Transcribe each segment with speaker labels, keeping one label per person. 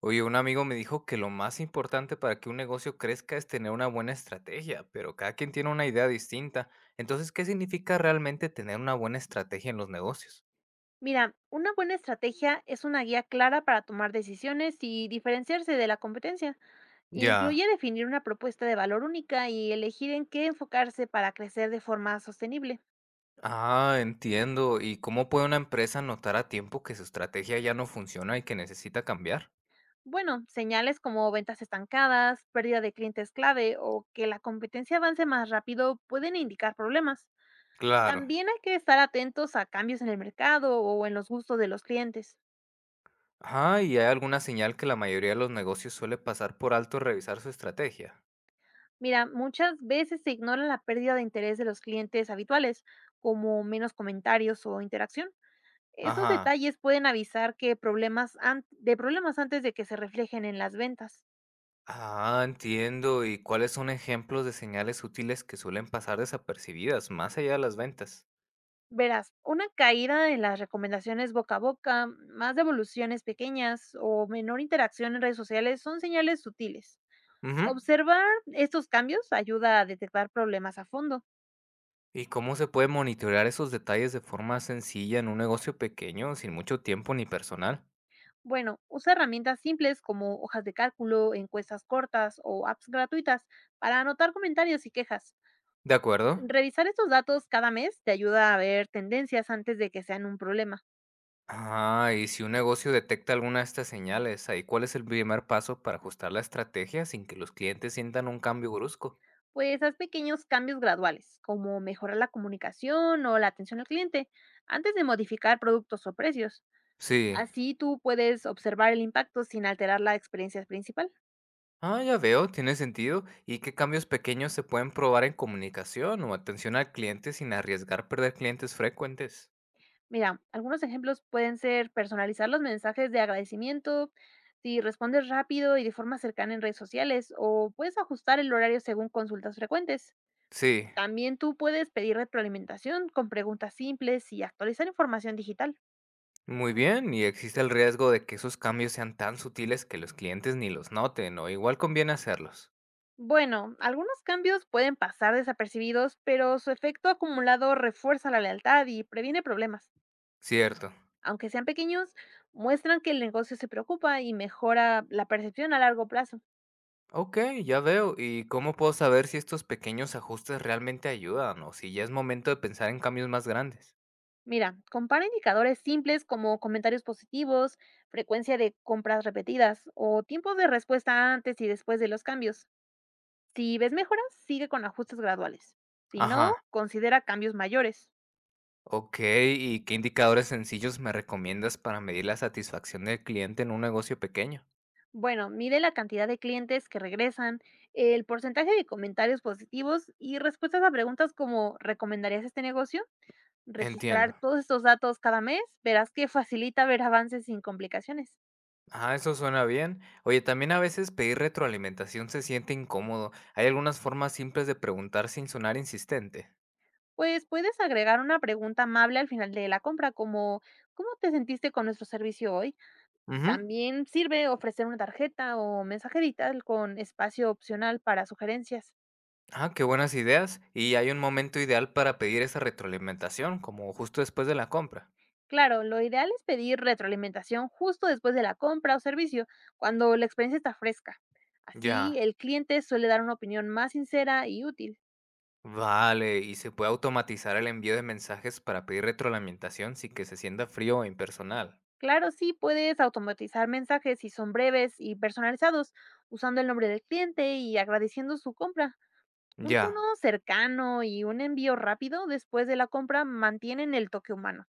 Speaker 1: Oye, un amigo me dijo que lo más importante para que un negocio crezca es tener una buena estrategia, pero cada quien tiene una idea distinta. Entonces, ¿qué significa realmente tener una buena estrategia en los negocios?
Speaker 2: Mira, una buena estrategia es una guía clara para tomar decisiones y diferenciarse de la competencia.
Speaker 1: Ya.
Speaker 2: Incluye definir una propuesta de valor única y elegir en qué enfocarse para crecer de forma sostenible.
Speaker 1: Ah, entiendo. ¿Y cómo puede una empresa notar a tiempo que su estrategia ya no funciona y que necesita cambiar?
Speaker 2: Bueno, señales como ventas estancadas, pérdida de clientes clave o que la competencia avance más rápido pueden indicar problemas.
Speaker 1: Claro.
Speaker 2: También hay que estar atentos a cambios en el mercado o en los gustos de los clientes.
Speaker 1: Ajá, ¿y hay alguna señal que la mayoría de los negocios suele pasar por alto revisar su estrategia?
Speaker 2: Mira, muchas veces se ignora la pérdida de interés de los clientes habituales, como menos comentarios o interacción. Esos
Speaker 1: Ajá.
Speaker 2: detalles pueden avisar de problemas antes de que se reflejen en las ventas.
Speaker 1: Ah, entiendo. ¿Y cuáles son ejemplos de señales útiles que suelen pasar desapercibidas más allá de las ventas?
Speaker 2: Verás, una caída en las recomendaciones boca a boca, más devoluciones pequeñas o menor interacción en redes sociales son señales sutiles.
Speaker 1: Ujú.
Speaker 2: Observar estos cambios ayuda a detectar problemas a fondo.
Speaker 1: ¿Y cómo se puede monitorear esos detalles de forma sencilla en un negocio pequeño sin mucho tiempo ni personal?
Speaker 2: Bueno, usa herramientas simples como hojas de cálculo, encuestas cortas o apps gratuitas para anotar comentarios y quejas.
Speaker 1: ¿De acuerdo?
Speaker 2: Revisar estos datos cada mes te ayuda a ver tendencias antes de que sean un problema.
Speaker 1: Ah, y si un negocio detecta alguna de estas señales, ahí cuál es el primer paso para ajustar la estrategia sin que los clientes sientan un cambio brusco?
Speaker 2: Pues haz pequeños cambios graduales, como mejorar la comunicación o la atención al cliente, antes de modificar productos o precios.
Speaker 1: Sí.
Speaker 2: Así tú puedes observar el impacto sin alterar la experiencia principal.
Speaker 1: Ah, ya veo, tiene sentido. ¿Y qué cambios pequeños se pueden probar en comunicación o atención al cliente sin arriesgar perder clientes frecuentes?
Speaker 2: Mira, algunos ejemplos pueden ser personalizar los mensajes de agradecimiento, si respondes rápido y de forma cercana en redes sociales, o puedes ajustar el horario según consultas frecuentes.
Speaker 1: Sí,
Speaker 2: También tú puedes pedir retroalimentación con preguntas simples y actualizar información digital.
Speaker 1: muy bien, y existe el riesgo de que esos cambios sean tan sutiles que los clientes ni los noten, o igual conviene hacerlos.
Speaker 2: Bueno, algunos cambios pueden pasar desapercibidos, pero su efecto acumulado refuerza la lealtad y previene problemas.
Speaker 1: Cierto.
Speaker 2: Aunque sean pequeños, muestran que el negocio se preocupa y mejora la percepción a largo plazo.
Speaker 1: Ok, ya veo. ¿Y cómo puedo saber si estos pequeños ajustes realmente ayudan o si ya es momento de pensar en cambios más grandes?
Speaker 2: Mira, compara indicadores simples como comentarios positivos, frecuencia de compras repetidas o tiempo de respuesta antes y después de los cambios. Si ves mejoras, sigue con ajustes graduales. Si no,
Speaker 1: Ajá,
Speaker 2: considera cambios mayores.
Speaker 1: ok. ¿Y qué indicadores sencillos me recomiendas para medir la satisfacción del cliente en un negocio pequeño?
Speaker 2: Bueno, mide la cantidad de clientes que regresan, el porcentaje de comentarios positivos y respuestas a preguntas como ¿recomendarías este negocio? Registrar
Speaker 1: Entiendo.
Speaker 2: todos estos datos cada mes, verás que facilita ver avances sin complicaciones.
Speaker 1: Ah, eso suena bien. Oye, también a veces pedir retroalimentación se siente incómodo. Hay algunas formas simples de preguntar sin sonar insistente.
Speaker 2: Pues puedes agregar una pregunta amable al final de la compra, como ¿cómo te sentiste con nuestro servicio hoy?
Speaker 1: Ujú.
Speaker 2: También sirve ofrecer una tarjeta o mensaje digital con espacio opcional para sugerencias.
Speaker 1: Ah, qué buenas ideas. Y hay un momento ideal para pedir esa retroalimentación, como justo después de la compra.
Speaker 2: Claro, lo ideal es pedir retroalimentación justo después de la compra o servicio, cuando la experiencia está fresca. Así,
Speaker 1: Ya.
Speaker 2: el cliente suele dar una opinión más sincera y útil.
Speaker 1: Vale, y se puede automatizar el envío de mensajes para pedir retroalimentación sin que se sienta frío o impersonal.
Speaker 2: Claro, sí, puedes automatizar mensajes si son breves y personalizados, usando el nombre del cliente y agradeciendo su compra. Un tono
Speaker 1: Ya.
Speaker 2: cercano y un envío rápido después de la compra mantienen el toque humano.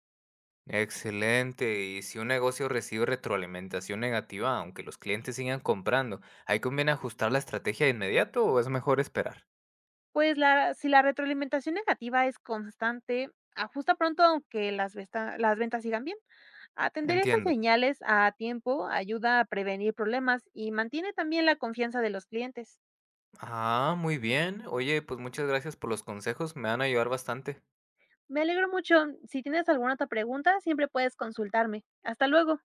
Speaker 1: Excelente. Y si un negocio recibe retroalimentación negativa, aunque los clientes sigan comprando, ¿ahí conviene ajustar la estrategia de inmediato o es mejor esperar?
Speaker 2: Pues si la retroalimentación negativa es constante, ajusta pronto aunque las ventas sigan bien. Atender estas
Speaker 1: Entiendo.
Speaker 2: señales a tiempo ayuda a prevenir problemas y mantiene también la confianza de los clientes.
Speaker 1: Ah, muy bien. Oye, pues muchas gracias por los consejos, me van a ayudar bastante.
Speaker 2: Me alegro mucho. Si tienes alguna otra pregunta, siempre puedes consultarme. Hasta luego.